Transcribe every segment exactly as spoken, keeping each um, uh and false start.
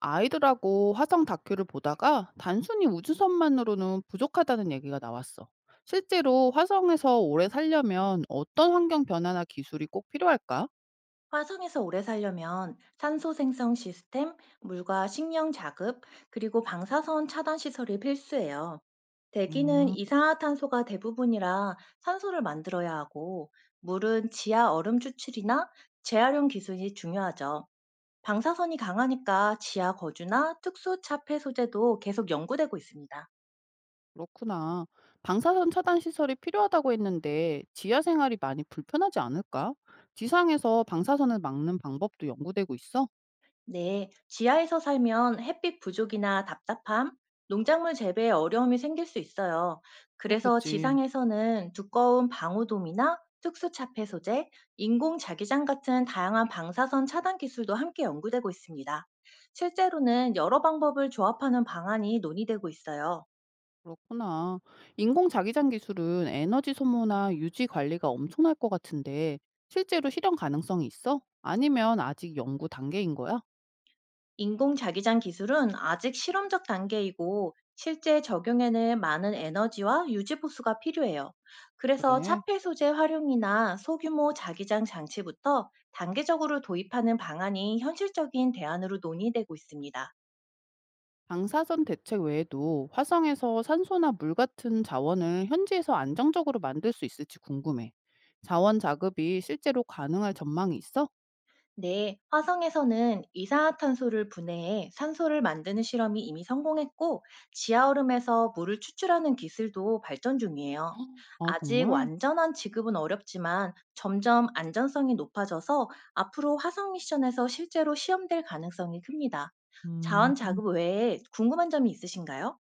아이들하고 화성 다큐를 보다가 단순히 우주선만으로는 부족하다는 얘기가 나왔어. 실제로 화성에서 오래 살려면 어떤 환경 변화나 기술이 꼭 필요할까? 화성에서 오래 살려면 산소 생성 시스템, 물과 식량 자급, 그리고 방사선 차단 시설이 필수예요. 대기는 음, 이산화탄소가 대부분이라 산소를 만들어야 하고, 물은 지하 얼음 추출이나 재활용 기술이 중요하죠. 방사선이 강하니까 지하 거주나 특수 차폐 소재도 계속 연구되고 있습니다. 그렇구나. 방사선 차단 시설이 필요하다고 했는데 지하 생활이 많이 불편하지 않을까? 지상에서 방사선을 막는 방법도 연구되고 있어? 네, 지하에서 살면 햇빛 부족이나 답답함, 농작물 재배에 어려움이 생길 수 있어요. 그래서 그렇겠지. 지상에서는 두꺼운 방호돔이나 특수 차폐 소재, 인공 자기장 같은 다양한 방사선 차단 기술도 함께 연구되고 있습니다. 실제로는 여러 방법을 조합하는 방안이 논의되고 있어요. 그렇구나. 인공자기장 기술은 에너지 소모나 유지 관리가 엄청날 것 같은데 실제로 실현 가능성이 있어? 아니면 아직 연구 단계인 거야? 인공 자기장 기술은 아직 실험적 단계이고 실제 적용에는 많은 에너지와 유지 보수가 필요해요. 그래서 그래. 차폐 소재 활용이나 소규모 자기장 장치부터 단계적으로 도입하는 방안이 현실적인 대안으로 논의되고 있습니다. 방사선 대책 외에도 화성에서 산소나 물 같은 자원을 현지에서 안정적으로 만들 수 있을지 궁금해. 자원 자급이 실제로 가능할 전망이 있어? 네, 화성에서는 이산화탄소를 분해해 산소를 만드는 실험이 이미 성공했고, 지하얼음에서 물을 추출하는 기술도 발전 중이에요. 아, 아직 정말? 완전한 지급은 어렵지만 점점 안전성이 높아져서 앞으로 화성 미션에서 실제로 시험될 가능성이 큽니다. 자원 음. 자급 외에 궁금한 점이 있으신가요?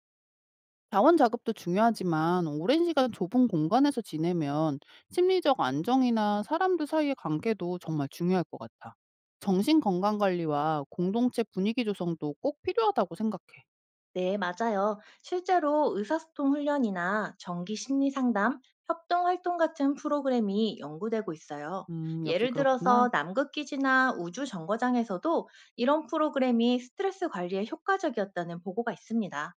자원 작업도 중요하지만 오랜 시간 좁은 공간에서 지내면 심리적 안정이나 사람들 사이의 관계도 정말 중요할 것 같아. 정신 건강 관리와 공동체 분위기 조성도 꼭 필요하다고 생각해. 네, 맞아요. 실제로 의사소통 훈련이나 정기 심리 상담, 협동 활동 같은 프로그램이 연구되고 있어요. 음, 역시 예를 그렇구나. 들어서 남극기지나 우주 정거장에서도 이런 프로그램이 스트레스 관리에 효과적이었다는 보고가 있습니다.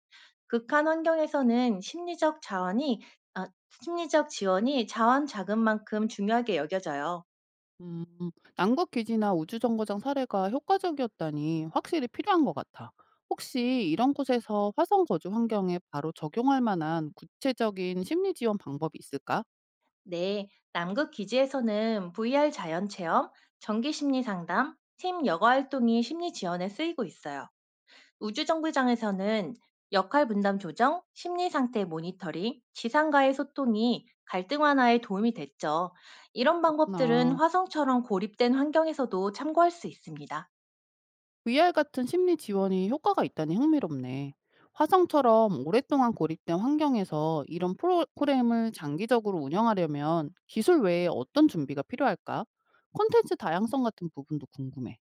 극한 환경에서는 심리적 자원이, 아, 심리적 지원이 자원 자금만큼 중요하게 여겨져요. 음, 남극 기지나 우주 정거장 사례가 효과적이었다니 확실히 필요한 것 같아. 혹시 이런 곳에서 화성 거주 환경에 바로 적용할 만한 구체적인 심리 지원 방법이 있을까? 네, 남극 기지에서는 브이아르 자연 체험, 정기 심리 상담, 팀 여가 활동이 심리 지원에 쓰이고 있어요. 우주정거장에서는 역할 분담 조정, 심리 상태 모니터링, 지상과의 소통이 갈등 완화에 도움이 됐죠. 이런 방법들은 그렇구나. 화성처럼 고립된 환경에서도 참고할 수 있습니다. 브이알 같은 심리 지원이 효과가 있다니 흥미롭네. 화성처럼 오랫동안 고립된 환경에서 이런 프로그램을 장기적으로 운영하려면 기술 외에 어떤 준비가 필요할까? 콘텐츠 다양성 같은 부분도 궁금해.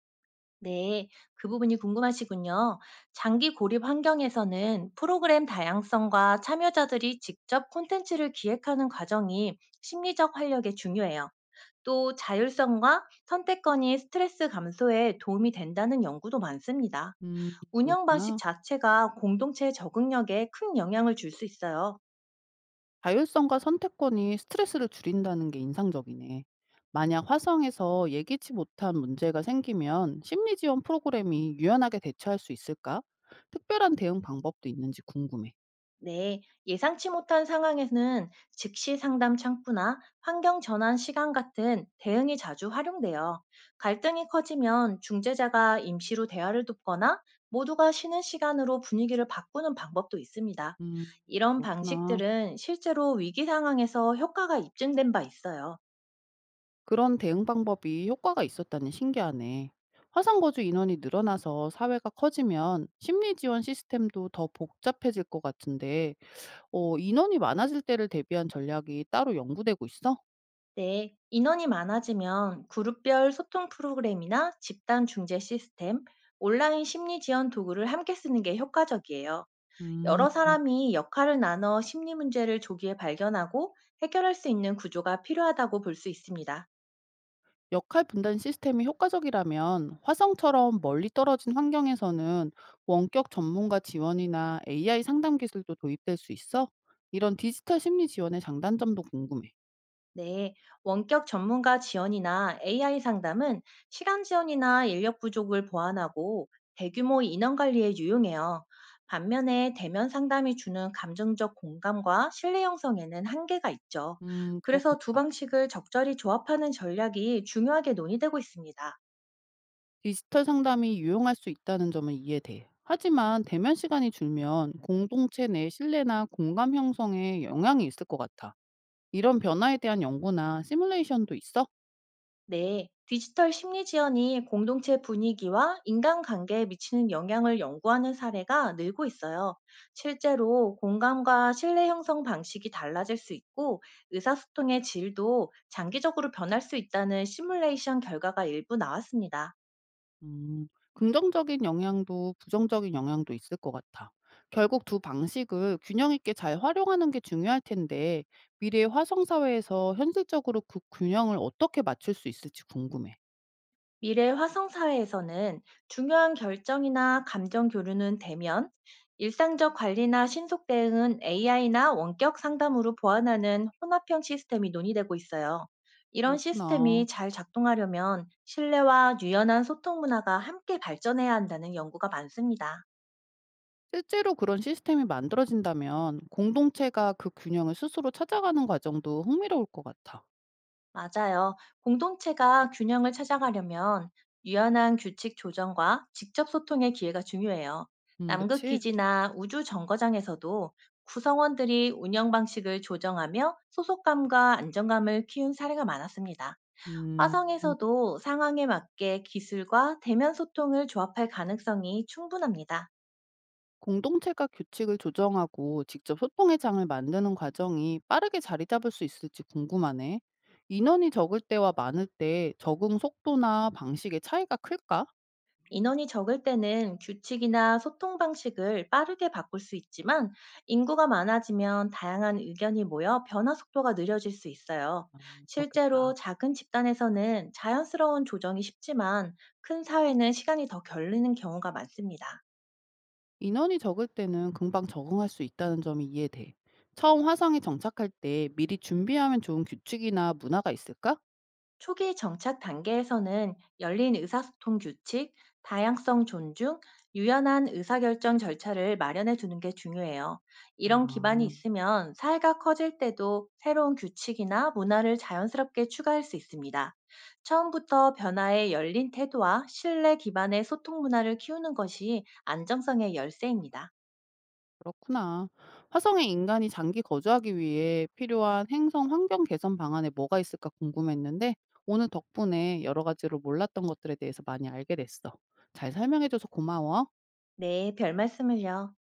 네, 그 부분이 궁금하시군요. 장기 고립 환경에서는 프로그램 다양성과 참여자들이 직접 콘텐츠를 기획하는 과정이 심리적 활력에 중요해요. 또 자율성과 선택권이 스트레스 감소에 도움이 된다는 연구도 많습니다. 음, 운영 방식 그렇구나. 자체가 공동체 적응력에 큰 영향을 줄 수 있어요. 자율성과 선택권이 스트레스를 줄인다는 게 인상적이네. 만약 화성에서 예기치 못한 문제가 생기면 심리 지원 프로그램이 유연하게 대처할 수 있을까? 특별한 대응 방법도 있는지 궁금해. 네, 예상치 못한 상황에는 즉시 상담 창구나 환경 전환 시간 같은 대응이 자주 활용돼요. 갈등이 커지면 중재자가 임시로 대화를 돕거나 모두가 쉬는 시간으로 분위기를 바꾸는 방법도 있습니다. 음, 이런 그렇구나. 방식들은 실제로 위기 상황에서 효과가 입증된 바 있어요. 그런 대응 방법이 효과가 있었다니 신기하네. 화상거주 인원이 늘어나서 사회가 커지면 심리 지원 시스템도 더 복잡해질 것 같은데, 어, 인원이 많아질 때를 대비한 전략이 따로 연구되고 있어? 네, 인원이 많아지면 그룹별 소통 프로그램이나 집단 중재 시스템, 온라인 심리 지원 도구를 함께 쓰는 게 효과적이에요. 음, 여러 사람이 역할을 나눠 심리 문제를 조기에 발견하고 해결할 수 있는 구조가 필요하다고 볼 수 있습니다. 역할 분단 시스템이 효과적이라면 화성처럼 멀리 떨어진 환경에서는 원격 전문가 지원이나 에이아이 상담 기술도 도입될 수 있어? 이런 디지털 심리 지원의 장단점도 궁금해. 네, 원격 전문가 지원이나 에이아이 상담은 시간 지원이나 인력 부족을 보완하고 대규모 인원 관리에 유용해요. 반면에 대면 상담이 주는 감정적 공감과 신뢰 형성에는 한계가 있죠. 음, 그래서 두 그렇겠다. 방식을 적절히 조합하는 전략이 중요하게 논의되고 있습니다. 디지털 상담이 유용할 수 있다는 점은 이해돼. 하지만 대면 시간이 줄면 공동체 내 신뢰나 공감 형성에 영향이 있을 것 같아. 이런 변화에 대한 연구나 시뮬레이션도 있어? 네, 디지털 심리 지원이 공동체 분위기와 인간관계에 미치는 영향을 연구하는 사례가 늘고 있어요. 실제로 공감과 신뢰 형성 방식이 달라질 수 있고 의사소통의 질도 장기적으로 변할 수 있다는 시뮬레이션 결과가 일부 나왔습니다. 음, 긍정적인 영향도 부정적인 영향도 있을 것 같아. 결국 두 방식을 균형 있게 잘 활용하는 게 중요할 텐데 미래의 화성 사회에서 현실적으로 그 균형을 어떻게 맞출 수 있을지 궁금해. 미래 화성 사회에서는 중요한 결정이나 감정 교류는 대면, 일상적 관리나 신속 대응은 에이아이나 원격 상담으로 보완하는 혼합형 시스템이 논의되고 있어요. 이런 그렇구나. 시스템이 잘 작동하려면 신뢰와 유연한 소통 문화가 함께 발전해야 한다는 연구가 많습니다. 실제로 그런 시스템이 만들어진다면 공동체가 그 균형을 스스로 찾아가는 과정도 흥미로울 것 같아. 맞아요. 공동체가 균형을 찾아가려면 유연한 규칙 조정과 직접 소통의 기회가 중요해요. 음, 남극 그치? 기지나 우주 정거장에서도 구성원들이 운영 방식을 조정하며 소속감과 안정감을 키운 사례가 많았습니다. 음, 화성에서도 상황에 맞게 기술과 대면 소통을 조합할 가능성이 충분합니다. 공동체가 규칙을 조정하고 직접 소통의 장을 만드는 과정이 빠르게 자리 잡을 수 있을지 궁금하네. 인원이 적을 때와 많을 때 적응 속도나 방식의 차이가 클까? 인원이 적을 때는 규칙이나 소통 방식을 빠르게 바꿀 수 있지만 인구가 많아지면 다양한 의견이 모여 변화 속도가 느려질 수 있어요. 음, 실제로 그렇겠다. 작은 집단에서는 자연스러운 조정이 쉽지만 큰 사회는 시간이 더 걸리는 경우가 많습니다. 인원이 적을 때는 금방 적응할 수 있다는 점이 이해돼. 처음 화성에 정착할 때 미리 준비하면 좋은 규칙이나 문화가 있을까? 초기 정착 단계에서는 열린 의사소통 규칙, 다양성 존중, 유연한 의사결정 절차를 마련해 두는 게 중요해요. 이런 기반이 아, 있으면 사회가 커질 때도 새로운 규칙이나 문화를 자연스럽게 추가할 수 있습니다. 처음부터 변화에 열린 태도와 신뢰 기반의 소통 문화를 키우는 것이 안정성의 열쇠입니다. 그렇구나. 화성에 인간이 장기 거주하기 위해 필요한 행성 환경 개선 방안에 뭐가 있을까 궁금했는데 오늘 덕분에 여러 가지로 몰랐던 것들에 대해서 많이 알게 됐어. 잘 설명해줘서 고마워. 네, 별 말씀을요.